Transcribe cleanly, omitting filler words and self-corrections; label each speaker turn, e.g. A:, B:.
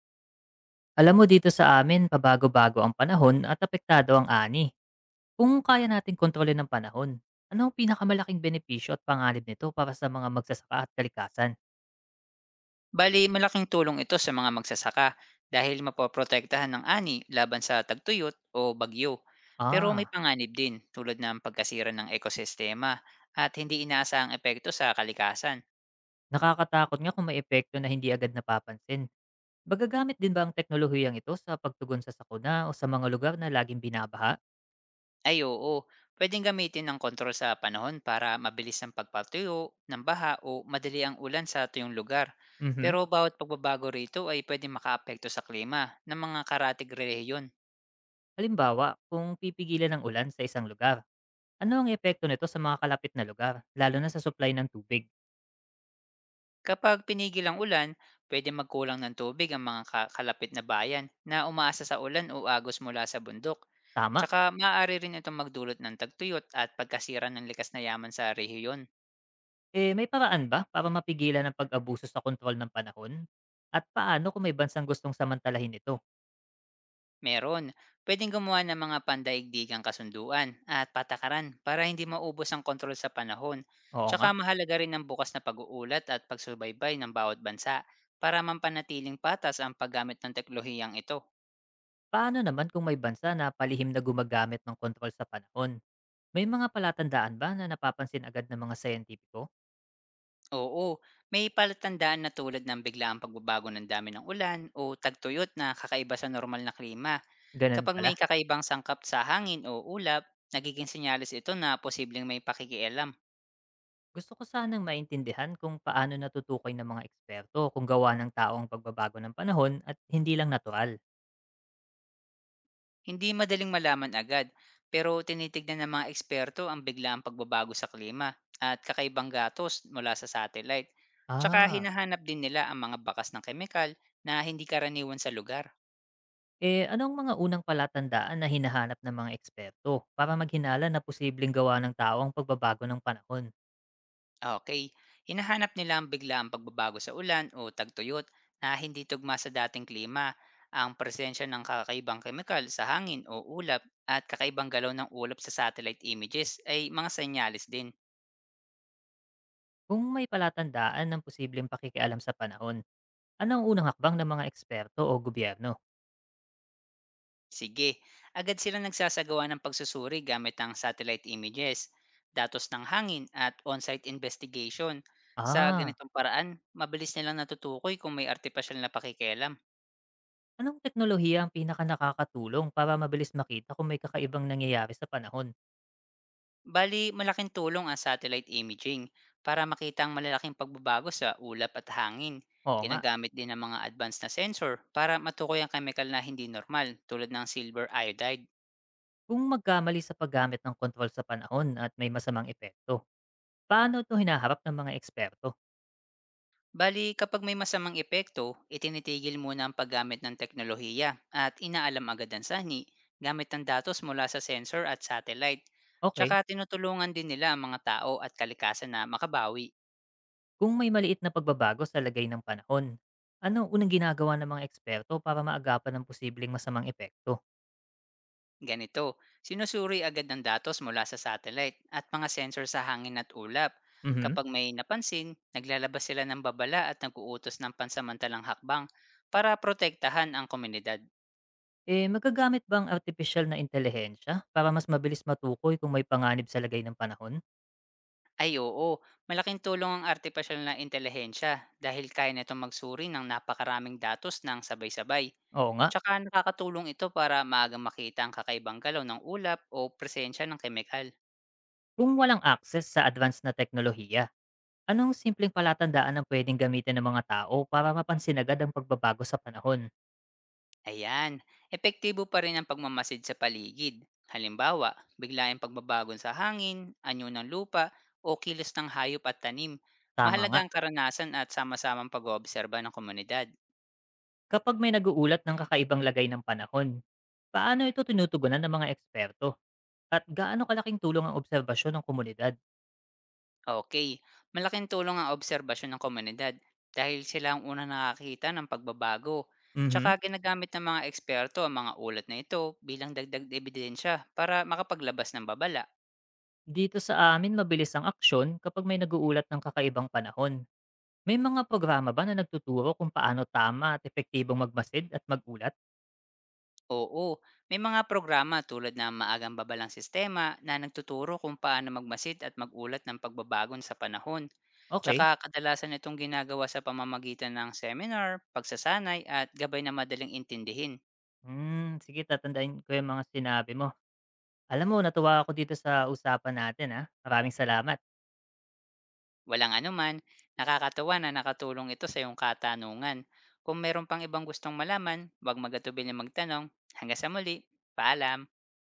A: Alam mo, dito sa amin, pabago-bago ang panahon at apektado ang ani. Kung kaya natin kontrolin ang panahon, ano ang pinakamalaking benepisyo at panganib nito para sa mga magsasaka at kalikasan?
B: Bali, malaking tulong ito sa mga magsasaka dahil mapoprotektahan ng ani laban sa tagtuyot o bagyo. Pero may
A: Ah,
B: panganib din tulad ng pagkasira ng ekosistema at hindi inaasahang epekto sa kalikasan.
A: nakakatakot nga kung may epekto na hindi agad napapansin. Magagamit din ba ang teknolohiyang ito sa pagtugon sa sakuna o sa mga lugar na laging binabaha?
B: Ay oo, pwedeng gamitin ng kontrol sa panahon para mabilis ang pagpatuyo ng baha o madali ang ulan sa tuyong lugar.
A: Mhm.
B: Pero bawat pagbabago rito ay pwedeng makaapekto sa klima ng mga karatig rehiyon.
A: Halimbawa, kung pipigilan ng ulan sa isang lugar, ano ang epekto nito sa mga kalapit na lugar, lalo na sa supply ng tubig?
B: Kapag pinigil ang ulan, pwede magkulang ng tubig ang mga kalapit na bayan na umaasa sa ulan o agos mula sa bundok.
A: Tama.
B: Tsaka maaari rin itong magdulot ng tagtuyot at pagkasira ng likas na yaman sa rehiyon.
A: Eh, may paraan ba para mapigilan ang pag-abuso sa kontrol ng panahon? At paano kung may bansang gustong samantalahin ito?
B: Meron, pwedeng gumawa ng mga pandaigdigang kasunduan at patakaran para hindi maubos ang kontrol sa panahon.
A: Oo nga,
B: Tsaka mahalaga rin ang bukas na pag-uulat at pagsubaybay ng bawat bansa para mampanatiling patas ang paggamit ng teknolohiyang ito.
A: paano naman kung may bansa na palihim na gumagamit ng kontrol sa panahon? May mga palatandaan ba na napapansin agad ng mga scientifico?
B: Oo, may palatandaan na tulad ng biglaang pagbabago ng dami ng ulan o tagtuyot na kakaiba sa normal na klima.
A: Ganun
B: Kapag
A: pala.
B: may kakaibang sangkap sa hangin o ulap, nagiging senyales ito na posibleng may pakikialam.
A: Gusto ko sanang maintindihan kung paano natutukoy ng mga eksperto kung gawa ng tao ang pagbabago ng panahon at hindi lang natural.
B: Hindi madaling malaman agad, pero tinitignan ng mga eksperto ang biglaang pagbabago sa klima at kakaibang gatos mula sa satellite. Tsaka
A: Ah.
B: hinahanap din nila ang mga bakas ng kemikal na hindi karaniwan sa lugar.
A: Eh, anong mga unang palatandaan na hinahanap ng mga eksperto para maghinala na posibleng gawa ng tao ang pagbabago ng panahon?
B: Okay, hinahanap nila ang biglaang pagbabago sa ulan o tagtuyot na hindi tugma sa dating klima, ang presensya ng kakaibang kemikal sa hangin o ulap at kakaibang galaw ng ulap sa satellite images ay mga senyales din.
A: Kung may palatandaan ng posibleng pakikialam sa panahon, ano ang unang hakbang ng mga eksperto o gobyerno?
B: Sige, agad sila nagsasagawa ng pagsusuri gamit ang satellite images, datos ng hangin at on-site investigation. Sa
A: Ah,
B: ganitong paraan, mabilis nilang natutukoy kung may artipisyal na pakikialam.
A: anong teknolohiya ang pinaka nakakatulong para mabilis makita kung may kakaibang nangyayari sa panahon?
B: Bali, malaking tulong ang satellite imaging para makita ang malalaking pagbabago sa ulap at hangin.
A: Oo nga,
B: Ginagamit din ng mga advanced na sensor para matukoy ang chemical na hindi normal tulad ng silver iodide.
A: kung magkamali sa paggamit ng kontrol sa panahon at may masamang epekto, paano ito hinaharap ng mga eksperto?
B: Bali, kapag may masamang epekto, itinitigil muna ang paggamit ng teknolohiya at inaalam agad ang sani gamit ang datos mula sa sensor at satellite. Tsaka
A: Okay.
B: tinutulungan din nila ang mga tao at kalikasan na makabawi.
A: Kung may maliit na pagbabago sa lagay ng panahon, ano unang ginagawa ng mga eksperto para maagapan ang posibleng masamang epekto?
B: Ganito, sinusuri agad ng datos mula sa satellite at mga sensor sa hangin at ulap.
A: Mhm.
B: Kapag may napansin, naglalabas sila ng babala at nag ng pansamantalang hakbang para protektahan ang komunidad.
A: Eh, magagamit ba ang artificial na intelihensya para mas mabilis matukoy kung may panganib sa lagay ng panahon?
B: Ay oo, malaking tulong ang artificial na intelihensya dahil kaya nitong magsuri ng napakaraming datos ng sabay-sabay.
A: Oo nga,
B: Tsaka nakakatulong ito para maagang makita ang kakaibang galaw ng ulap o presensya ng kemikal.
A: kung walang access sa advanced na teknolohiya, anong simpleng palatandaan ang pwedeng gamitin ng mga tao para mapansin agad ang pagbabago sa panahon?
B: Ayan, epektibo pa rin ang pagmamasid sa paligid. Halimbawa, biglaing pagbabagon sa hangin, anyo ng lupa, o kilos ng hayop at tanim.
A: Tama
B: Mahalaga
A: nga,
B: ang karanasan at sama-samang pag-oobserba ng komunidad.
A: kapag may naguulat ng kakaibang lagay ng panahon, paano ito tinutugunan ng mga eksperto? At gaano kalaking tulong ang obserbasyon ng komunidad?
B: Okay, malaking tulong ang obserbasyon ng komunidad dahil sila ang unang nakakita ng pagbabago. Tsaka
A: Mhm.
B: ginagamit ng mga eksperto ang mga ulat na ito bilang dagdag na ebidensya para makapaglabas ng babala.
A: Dito sa amin mabilis ang aksyon kapag may naguulat ng kakaibang panahon. May mga programa ba na nagtuturo kung paano tama at epektibong magmasid at magulat?
B: Oo, may mga programa tulad ng Maagang Babalang Sistema na nagtuturo kung paano magmasid at magulat ng pagbabagon sa panahon. Tsaka
A: Okay.
B: kadalasan itong ginagawa sa pamamagitan ng seminar, pagsasanay at gabay na madaling intindihin.
A: Hmm, sige, tatandaan ko yung mga sinabi mo. Alam mo, natuwa ako dito sa usapan natin, ha. Maraming salamat.
B: Walang anuman, nakakatawa na nakatulong ito sa iyong katanungan. Kung meron pang ibang gustong malaman, huwag magatubil na magtanong. Hanggang sa muli, paalam!